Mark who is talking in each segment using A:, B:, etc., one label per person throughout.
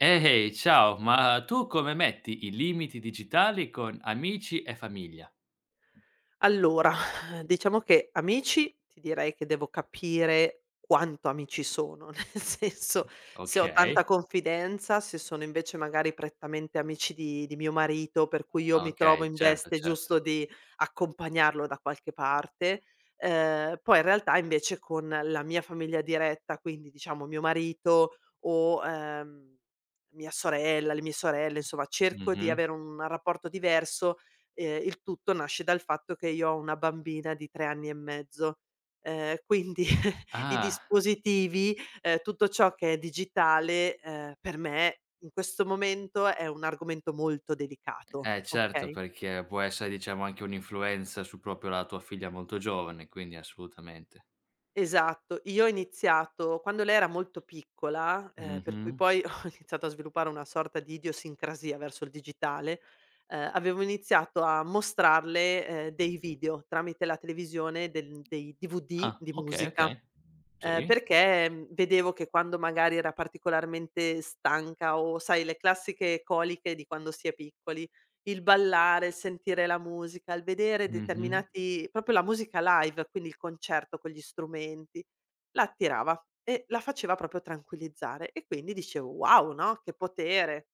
A: Ehi, ciao, ma tu come metti i limiti digitali con amici e famiglia?
B: Allora, diciamo che amici ti direi che devo capire quanto amici sono, nel senso se ho
A: Okay,
B: tanta confidenza, se sono invece magari prettamente amici di mio marito, per cui io mi trovo
A: okay,
B: in
A: certo,
B: veste giusto
A: certo.
B: di accompagnarlo da qualche parte. Poi in realtà invece con la mia famiglia diretta, quindi diciamo mio marito o, mia sorella, le mie sorelle, insomma cerco di
A: Mh-mh.
B: avere un rapporto diverso. Il tutto nasce dal fatto che io ho una bambina di 3 anni e mezzo, quindi i
A: Ah,
B: dispositivi, tutto ciò che è digitale, per me in questo momento è un argomento molto delicato,
A: eh certo,
B: okay?
A: perché può essere, diciamo, anche un'influenza su proprio la tua figlia molto giovane, quindi assolutamente.
B: Esatto. Io ho iniziato quando lei era molto piccola, per cui
A: Mh-mh.
B: poi ho iniziato a sviluppare una sorta di idiosincrasia verso il digitale. Avevo iniziato a mostrarle, dei video tramite la televisione del dei
A: Ah,
B: DVD di
A: okay,
B: musica.
A: okay. Sì.
B: Perché, vedevo che quando magari era particolarmente stanca o sai le classiche coliche di quando si è piccoli, il ballare, il sentire la musica, il vedere
A: Mh-mh,
B: determinati proprio la musica live, quindi il concerto con gli strumenti, la attirava e la faceva proprio tranquillizzare e quindi dicevo: "Wow, no, che potere!"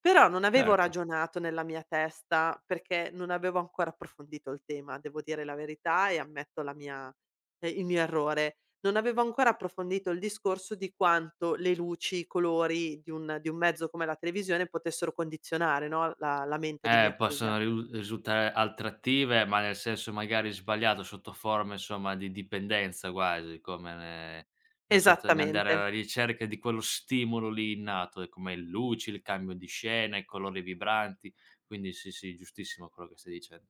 B: Però non avevo
A: certo.
B: ragionato nella mia testa, perché non avevo ancora approfondito il tema, devo dire la verità e ammetto la mia il mio errore. Non avevo ancora approfondito il discorso di quanto le luci, i colori di un mezzo come la televisione potessero condizionare, no, la mente di mia figlia.
A: Possono riu risultare attrattive, ma nel senso magari sbagliato, sotto forma, insomma, di dipendenza quasi, una sorta di andare
B: Esattamente.
A: alla ricerca di quello stimolo lì innato, e come il luci, il cambio di scena, i colori vibranti. Quindi sì, sì, giustissimo quello che stai dicendo.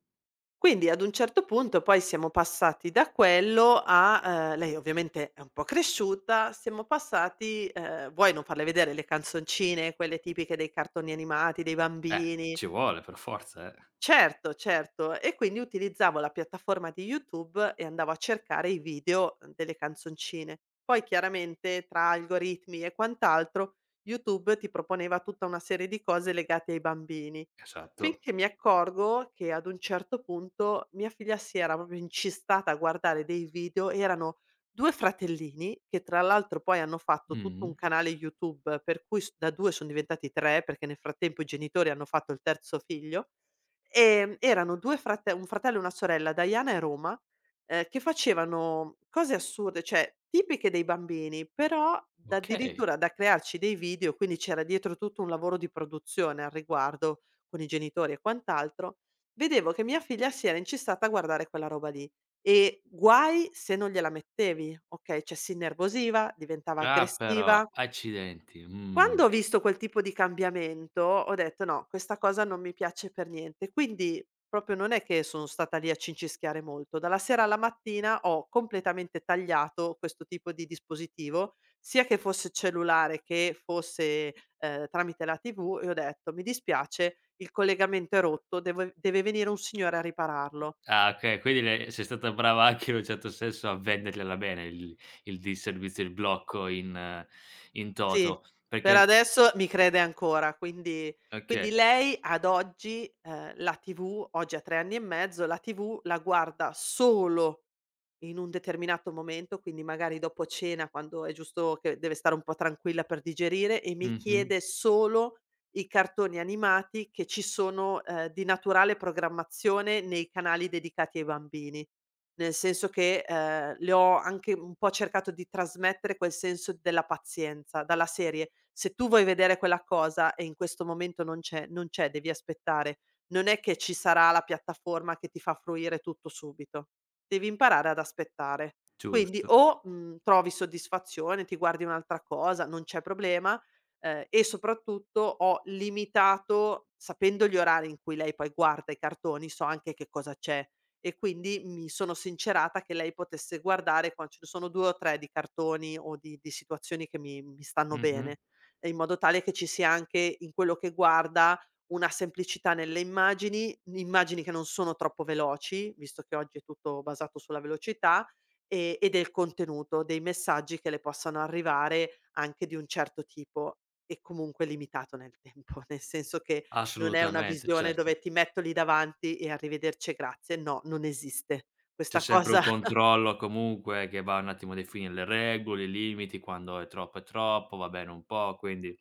B: Quindi ad un certo punto poi siamo passati da quello a lei ovviamente è un po' cresciuta, siamo passati, vuoi non farle vedere le canzoncine, quelle tipiche dei cartoni animati, dei
A: Eh,
B: bambini.
A: ci vuole per forza, eh.
B: Certo, certo. E quindi utilizzavo la piattaforma di YouTube e andavo a cercare i video delle canzoncine. Poi chiaramente tra algoritmi e quant'altro, YouTube ti proponeva tutta una serie di cose legate ai bambini.
A: Esatto.
B: Finché mi accorgo che ad un certo punto mia figlia si era proprio incistata a guardare dei video, erano 2 fratellini che tra l'altro poi hanno fatto tutto un
A: Mh-mh.
B: canale YouTube, per cui s da 2 son diventati 3 perché nel frattempo i genitori hanno fatto il terzo figlio. Erano 2 frate un fratello e una sorella, Diana e Roma, che facevano cose assurde, cioè tipiche dei bambini, però da
A: Okay.
B: addirittura da crearci dei video, quindi c'era dietro tutto un lavoro di produzione al riguardo, con i genitori e quant'altro. Vedevo che mia figlia si era incistata a guardare quella roba lì e guai se non gliela mettevi, okay, cioè si innervosiva, diventava
A: Ah però,
B: aggressiva.
A: accidenti,
B: Quando
A: mh.
B: ho visto quel tipo di cambiamento, ho detto: "No, questa cosa non mi piace per niente". Quindi proprio non è che sono stata lì a cincischiare molto. Dalla sera alla mattina ho completamente tagliato questo tipo di dispositivo, sia che fosse cellulare che fosse, tramite la TV e ho detto: "Mi dispiace, il collegamento è rotto, devo deve venire un signore a ripararlo".
A: Ah, okay, quindi le sei stata brava anche in un certo senso a vendergliela bene il disservizio, il blocco in
B: Sì,
A: toto,
B: per
A: perché
B: adesso mi crede ancora, quindi
A: okay,
B: lei ad oggi, la TV oggi ha 3 anni e mezzo, la TV la guarda solo in un determinato momento, quindi magari dopo cena quando è giusto che deve stare un po' tranquilla per digerire e mi
A: mh-mh,
B: chiede solo i cartoni animati che ci sono, di naturale programmazione nei canali dedicati ai bambini. Nel senso che, le ho anche un po' cercato di trasmettere quel senso della pazienza, dalla serie: "Se tu vuoi vedere quella cosa e in questo momento non c'è, non c'è, devi aspettare. Non è che ci sarà la piattaforma che ti fa fruire tutto subito." Devi imparare ad aspettare. Quindi
A: giusto,
B: o, trovi soddisfazione, ti guardi un'altra cosa, non c'è problema, e soprattutto ho limitato sapendo gli orari in cui lei poi guarda i cartoni, so anche che cosa c'è e quindi mi sono sincerata che lei potesse guardare quan ce ne sono 2 o 3 di cartoni o di situazioni che mi stanno
A: mh-mh,
B: bene, e in modo tale che ci sia anche in quello che guarda una semplicità nelle immagini, immagini che non sono troppo veloci, visto che oggi è tutto basato sulla velocità, e del contenuto, dei messaggi che le possano arrivare anche di un certo tipo e comunque limitato nel tempo, nel senso che non è una
A: assolutamente,
B: visione dove
A: certo.
B: ti metto lì davanti e arrivederci e grazie, no, non esiste.
A: C'è
B: Questa
A: sempre un
B: cosa.
A: controllo comunque che va un attimo a definire le regole, i limiti, quando è troppo, va bene un po', quindi.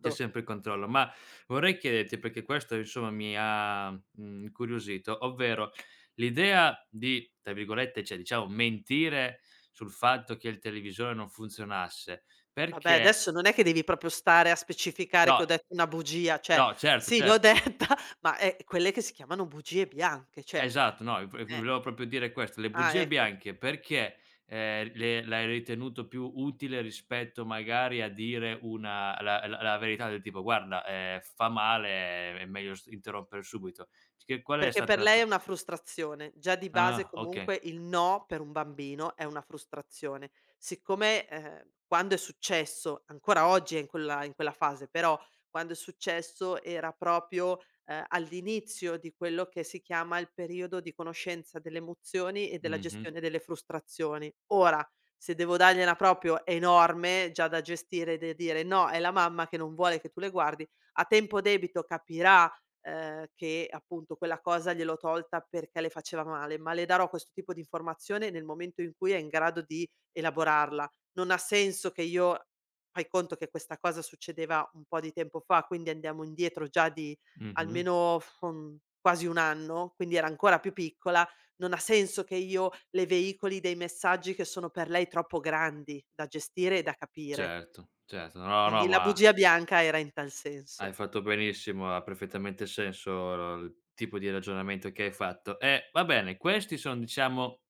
A: C'è sempre il controllo, ma vorrei chiederti, perché questo, insomma, mi ha, incuriosito, ovvero l'idea di, tra virgolette, cioè, diciamo, mentire sul fatto che il televisore non funzionasse,
B: Vabbè,
A: perché
B: adesso non è che devi proprio stare a specificare che
A: no,
B: ho detto una bugia, cioè
A: no, certo,
B: sì l'ho
A: certo.
B: detta, ma, quelle che si chiamano bugie bianche, cioè
A: Esatto, no, v v
B: eh,
A: volevo proprio dire questo, le
B: ah
A: bugie
B: ecco.
A: bianche, perché, le l'hai ritenuto più utile rispetto magari a dire una la la la verità del tipo: "Guarda, fa male, è meglio s interrompere subito." Che Qual è
B: Perché per
A: stata la
B: lei è
A: tua.
B: una frustrazione. Già di base
A: Ah, okay.
B: comunque il no per un bambino è una frustrazione. Siccome, quando è successo, ancora oggi è in quella fase, però quando è successo era proprio, all'inizio di quello che si chiama il periodo di conoscenza delle emozioni e della
A: Mh-mh,
B: gestione delle frustrazioni. Ora, se devo dargliela proprio enorme, già da gestire, de dire: "No, è la mamma che non vuole che tu le guardi", a tempo debito capirà che appunto quella cosa gliel'ho tolta perché le faceva male, ma le darò questo tipo di informazione nel momento in cui è in grado di elaborarla. Non ha senso che io. Fai conto che questa cosa succedeva un po' di tempo fa, quindi andiamo indietro già di
A: mh-mh.
B: almeno quasi 1 anno, quindi era ancora più piccola, non ha senso che io le veicoli dei messaggi che sono per lei troppo grandi da gestire e da capire.
A: Certo, certo. No, no,
B: Quindi la
A: ma
B: bugia bianca era in tal senso.
A: hai fatto benissimo, ha perfettamente senso il tipo di ragionamento che hai fatto. E va bene, questi sono, diciamo,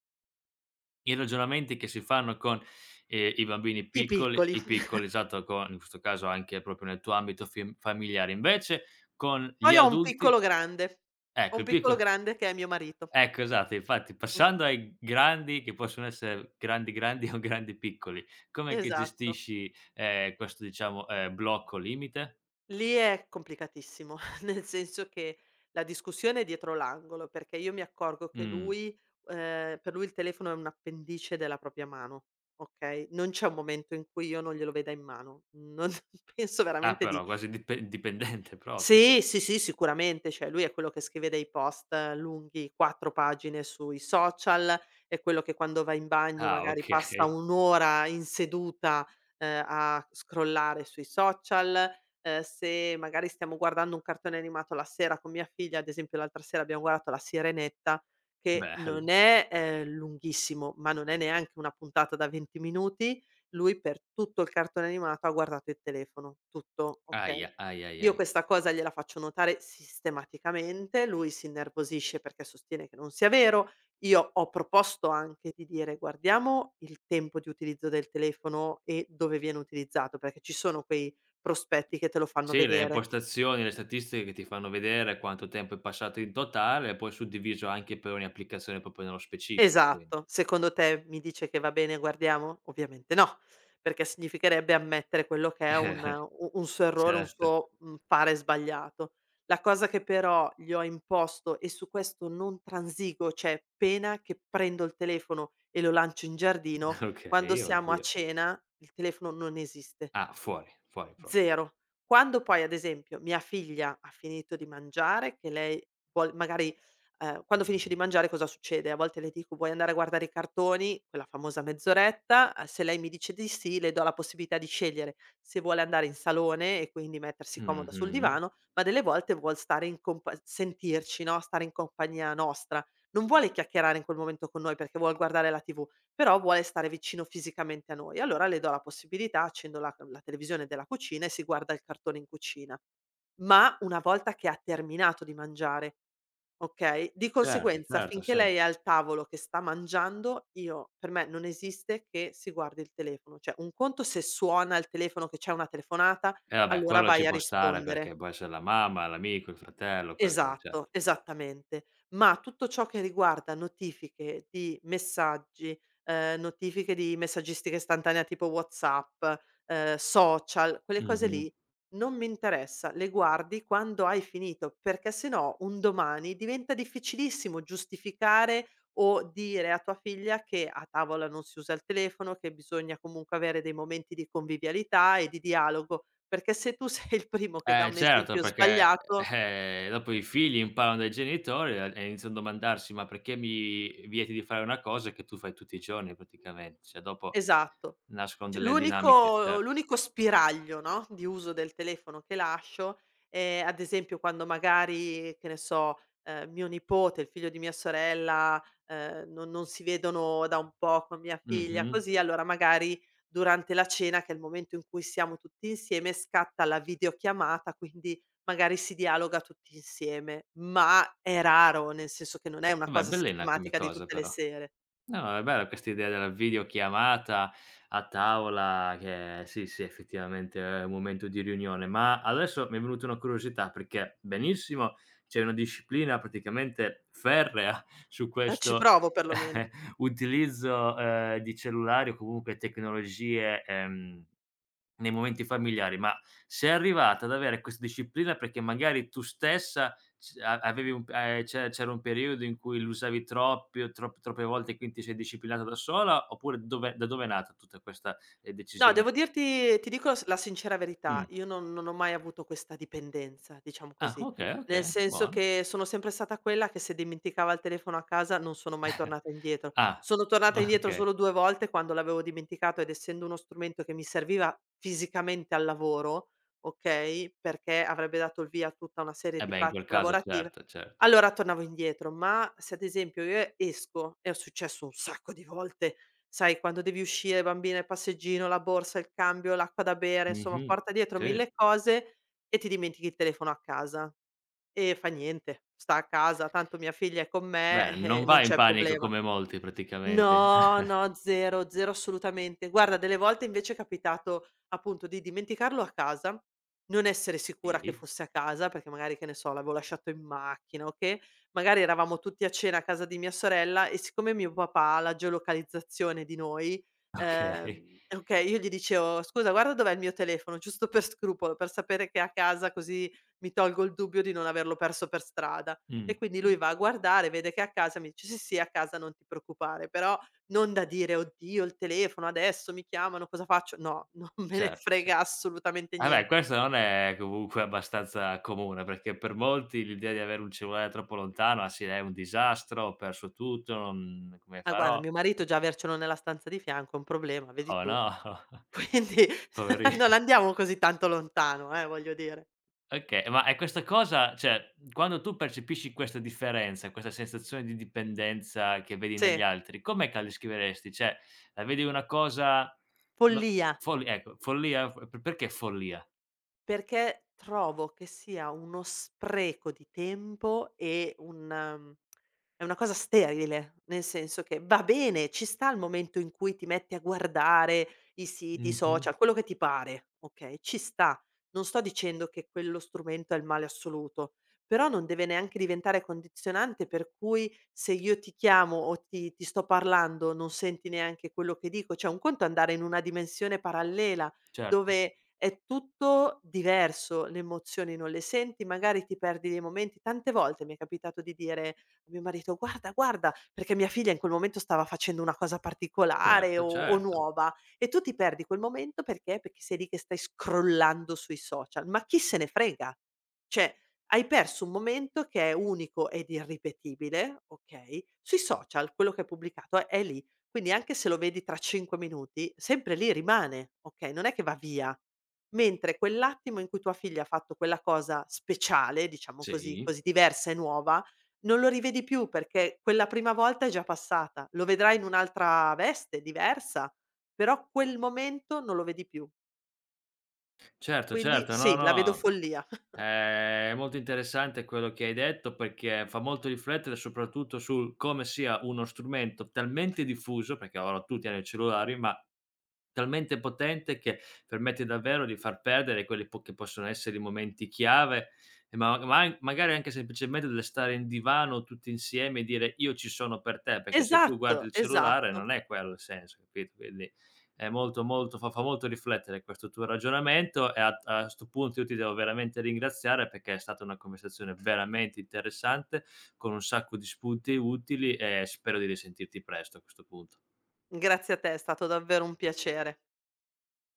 A: i ragionamenti che si fanno con, i bambini
B: I
A: piccoli,
B: piccoli.
A: i piccoli, esatto, con, in questo caso, anche proprio nel tuo ambito fim familiare. Invece con gli
B: Poi ho un
A: adulti,
B: piccolo grande. Ho
A: ecco,
B: un
A: il
B: piccolo
A: picco
B: grande che è mio marito.
A: ecco, esatto, infatti
B: Mh,
A: passando ai grandi che possono essere grandi grandi o grandi piccoli, com'è che
B: esatto.
A: gestisci, questo, diciamo, blocco limite?
B: Lì è complicatissimo, nel senso che la discussione è dietro l'angolo, perché io mi accorgo che
A: Mh.
B: lui, per lui il telefono è un appendice della propria mano, okay, non c'è un momento in cui io non glielo veda in mano. Non penso
A: Ah
B: veramente di.
A: però quasi dipendente proprio.
B: Sì, sì, sì, sicuramente, cioè lui è quello che scrive dei post lunghi, 4 pagine sui social, è quello che quando va in bagno
A: Ah,
B: magari passa
A: okay,
B: 1 ora in seduta, a scrollare sui social. Se magari stiamo guardando un cartone animato la sera con mia figlia, ad esempio l'altra sera abbiamo guardato La Sirenetta, che
A: bello.
B: non è, lunghissimo, ma non è neanche una puntata da 20 minuti, lui per tutto il cartone animato ha guardato il telefono, tutto, okay?
A: Ahia, ahi, ahi,
B: Io
A: ahi.
B: questa cosa gliela faccio notare sistematicamente, lui si innervosisce perché sostiene che non sia vero. Io ho proposto anche di dire: "Guardiamo il tempo di utilizzo del telefono e dove viene utilizzato", perché ci sono quei prospetti che te lo fanno
A: Sì, le
B: vedere.
A: impostazioni, le statistiche che ti fanno vedere quanto tempo è passato in totale e poi suddiviso anche per ogni applicazione proprio nello specifico, quindi.
B: Esatto. Secondo te mi dice che va bene guardiamo? Ovviamente no, perché significherebbe ammettere quello che è un
A: Eh,
B: u un suo errore, un
A: certo,
B: suo, fare sbagliato. La cosa che però gli ho imposto e su questo non transigo, cioè appena che prendo il telefono e lo lancio in giardino, quando
A: okay,
B: siamo a
A: oddio.
B: cena il telefono non esiste.
A: Ah, fuori, fuori proprio.
B: 0. Quando poi, ad esempio, mia figlia ha finito di mangiare, che lei vuol magari, quando finisce di mangiare cosa succede? A volte le dico: "Vuoi andare a guardare i cartoni?" Quella famosa mezz'oretta, se lei mi dice di sì, le do la possibilità di scegliere se vuole andare in salone e quindi mettersi comoda sul
A: Mh-mh.
B: divano, ma delle volte vuol stare in compa sentirci, no, stare in compagnia nostra. Non vuole chiacchierare in quel momento con noi perché vuol guardare la TV, però vuole stare vicino fisicamente a noi. Allora le do la possibilità, accendo la televisione della cucina e si guarda il cartone in cucina. Ma una volta che ha terminato di mangiare, okay, di
A: Certo,
B: conseguenza
A: certo,
B: finché
A: sì.
B: lei è al tavolo che sta mangiando, io per me non esiste che si guardi il telefono. Cioè un conto se suona il telefono, che c'è una telefonata,
A: E vabbè,
B: allora
A: quello ci
B: vai a
A: può stare
B: rispondere.
A: perché può essere la mamma, l'amico, il fratello, quello che è,
B: Esatto,
A: certo.
B: esattamente. Ma tutto ciò che riguarda notifiche di messaggi, notifiche di messaggistica istantanea tipo WhatsApp, social, quelle cose
A: Mh-mh.
B: lì non mi interessa, le guardi quando hai finito, perché se no un domani diventa difficilissimo giustificare o dire a tua figlia che a tavola non si usa il telefono, che bisogna comunque avere dei momenti di convivialità e di dialogo, perché se tu sei il primo che dà
A: Eh
B: un
A: certo,
B: esempio
A: perché,
B: sbagliato.
A: dopo i figli imparano dai genitori e iniziano a domandarsi: "Ma perché mi vieti di fare una cosa che tu fai tutti i giorni praticamente?" Cioè dopo
B: Esatto.
A: nascono
B: C
A: delle dinamiche,
B: l'unico
A: certo.
B: l'unico spiraglio, no, di uso del telefono che lascio è, ad esempio, quando magari, che ne so, mio nipote, il figlio di mia sorella, non si vedono da un po' con mia figlia,
A: Mh-mh.
B: così, allora magari durante la cena, che è il momento in cui siamo tutti insieme, scatta la videochiamata, quindi magari si dialoga tutti insieme, ma è raro, nel senso che non è una
A: Vabbè,
B: cosa
A: bellina come
B: sistematica di
A: cosa,
B: tutte le
A: però.
B: sere.
A: No, no, è bella questa idea della videochiamata a tavola, che sì, sì, effettivamente è un momento di riunione, ma adesso mi è venuta una curiosità, perché benissimo, c'è una disciplina praticamente ferrea su
B: Ci
A: questo
B: provo perlomeno.
A: utilizzo, di cellulari o comunque tecnologie, nei momenti familiari, ma sei arrivata ad avere questa disciplina perché magari tu stessa c a avevi un c'era un periodo in cui l'usavi troppi o troppe volte e quindi ti sei disciplinata da sola, oppure dove da dove è nata tutta questa,
B: No, devo
A: decisione?
B: dirti, ti dico s la sincera verità,
A: Mh.
B: io non ho mai avuto questa dipendenza, diciamo
A: Ah,
B: così.
A: okay,
B: Nel
A: okay,
B: senso
A: buona.
B: che sono sempre stata quella che se dimenticava il telefono a casa non sono mai tornata indietro.
A: Ah,
B: Sono tornata indietro
A: okay.
B: solo 2 volte quando l'avevo dimenticato ed essendo uno strumento che mi serviva fisicamente al lavoro, okay, perché avrebbe dato il via a tutta una serie
A: Eh
B: di
A: beh, in quel
B: pratiche
A: caso
B: lavorative,
A: certo, certo.
B: allora tornavo indietro. Ma se ad esempio io esco, e è successo un sacco di volte. Sai, quando devi uscire, bambina, il passeggino, la borsa, il cambio, l'acqua da bere, insomma
A: Mh-mh.
B: porta dietro
A: Sì.
B: 1000 cose e ti dimentichi il telefono a casa. E fa niente, sta a casa, tanto mia figlia è con me,
A: Beh, non
B: non
A: vai in
B: c'è
A: panico
B: problema.
A: come molti praticamente.
B: No, no, 0, 0 assolutamente. Guarda, delle volte invece è capitato appunto di dimenticarlo a casa, non essere sicura che
A: Sì,
B: fosse a casa, perché magari, che ne so, l'avevo lasciato in macchina o che, magari eravamo tutti a cena a casa di mia sorella e siccome mio papà ha la geolocalizzazione di noi,
A: okay.
B: okay, io gli dicevo: "Scusa, guarda dov'è il mio telefono", giusto per scrupolo, per sapere che è a casa, così mi tolgo il dubbio di non averlo perso per strada.
A: Mh,
B: E quindi lui va a guardare, vede che è a casa, mi dice: "Sì, sì, è a casa, non ti preoccupare." Però non da dire: "Oddio, il telefono adesso, mi chiamano, cosa faccio?" No, non me ne
A: certo, cer
B: frega assolutamente
A: ah beh,
B: niente.
A: questo non è comunque abbastanza comune, perché per molti l'idea di avere un cellulare troppo lontano: "Ah sì, è un disastro, ho perso tutto, non come
B: Ma guarda,
A: farò?
B: mio marito già avercelo nella stanza di fianco è un problema, vedi
A: Oh
B: tu.
A: no,
B: Quindi
A: poveri".
B: non andiamo così tanto lontano, voglio dire.
A: Okay, ma e questa cosa, cioè, quando tu percepisci questa differenza, questa sensazione di dipendenza che vedi negli
B: Sì,
A: altri, com'è che la descriveresti? Cioè, la vedi una cosa, no,
B: follia.
A: follia? F Perché follia?
B: Perché trovo che sia uno spreco di tempo e un è una cosa sterile, nel senso che va bene, ci sta il momento in cui ti metti a guardare i siti, i
A: Mh-mh.
B: social, quello che ti pare, okay, ci sta. Non sto dicendo che quello strumento è il male assoluto, però non deve neanche diventare condizionante per cui se io ti chiamo o ti sto parlando non senti neanche quello che dico. Cioè un conto è andare in una dimensione parallela
A: Certo.
B: dove è tutto diverso, le emozioni non le senti, magari ti perdi dei momenti. Tante volte mi è capitato di dire a mio marito: "Guarda, guarda", perché mia figlia in quel momento stava facendo una cosa particolare o
A: Certo,
B: o
A: certo.
B: nuova e tu ti perdi quel momento perché? Perché sei lì che stai scrollando sui social, ma chi se ne frega? Cioè, hai perso un momento che è unico ed irripetibile, okay, sui social quello che è pubblicato è lì, quindi anche se lo vedi tra 5 minuti sempre lì rimane, okay, non è che va via. Mentre quell'attimo in cui tua figlia ha fatto quella cosa speciale, diciamo così,
A: Sì.
B: così diversa e nuova, non lo rivedi più perché quella prima volta è già passata. Lo vedrai in un'altra veste, diversa, però quel momento non lo vedi più.
A: Certo,
B: Quindi
A: certo, no,
B: sì, la vedo
A: no,
B: follia.
A: è molto interessante quello che hai detto perché fa molto riflettere soprattutto sul come sia uno strumento talmente diffuso, perché ora tutti hanno i cellulari, ma talmente potente che permette davvero di far perdere quelli che possono essere i momenti chiave, e magari anche semplicemente del stare in divano tutti insieme e dire io ci sono per te, perché se tu guardi
B: Esatto,
A: il cellulare
B: esatto.
A: non è quello il senso, capito? Quindi è molto, molto fa molto riflettere questo tuo ragionamento e a 'sto punto io ti devo veramente ringraziare perché è stata una conversazione veramente interessante, con un sacco di spunti utili e spero di risentirti presto a questo punto.
B: Grazie a te, è stato davvero un piacere.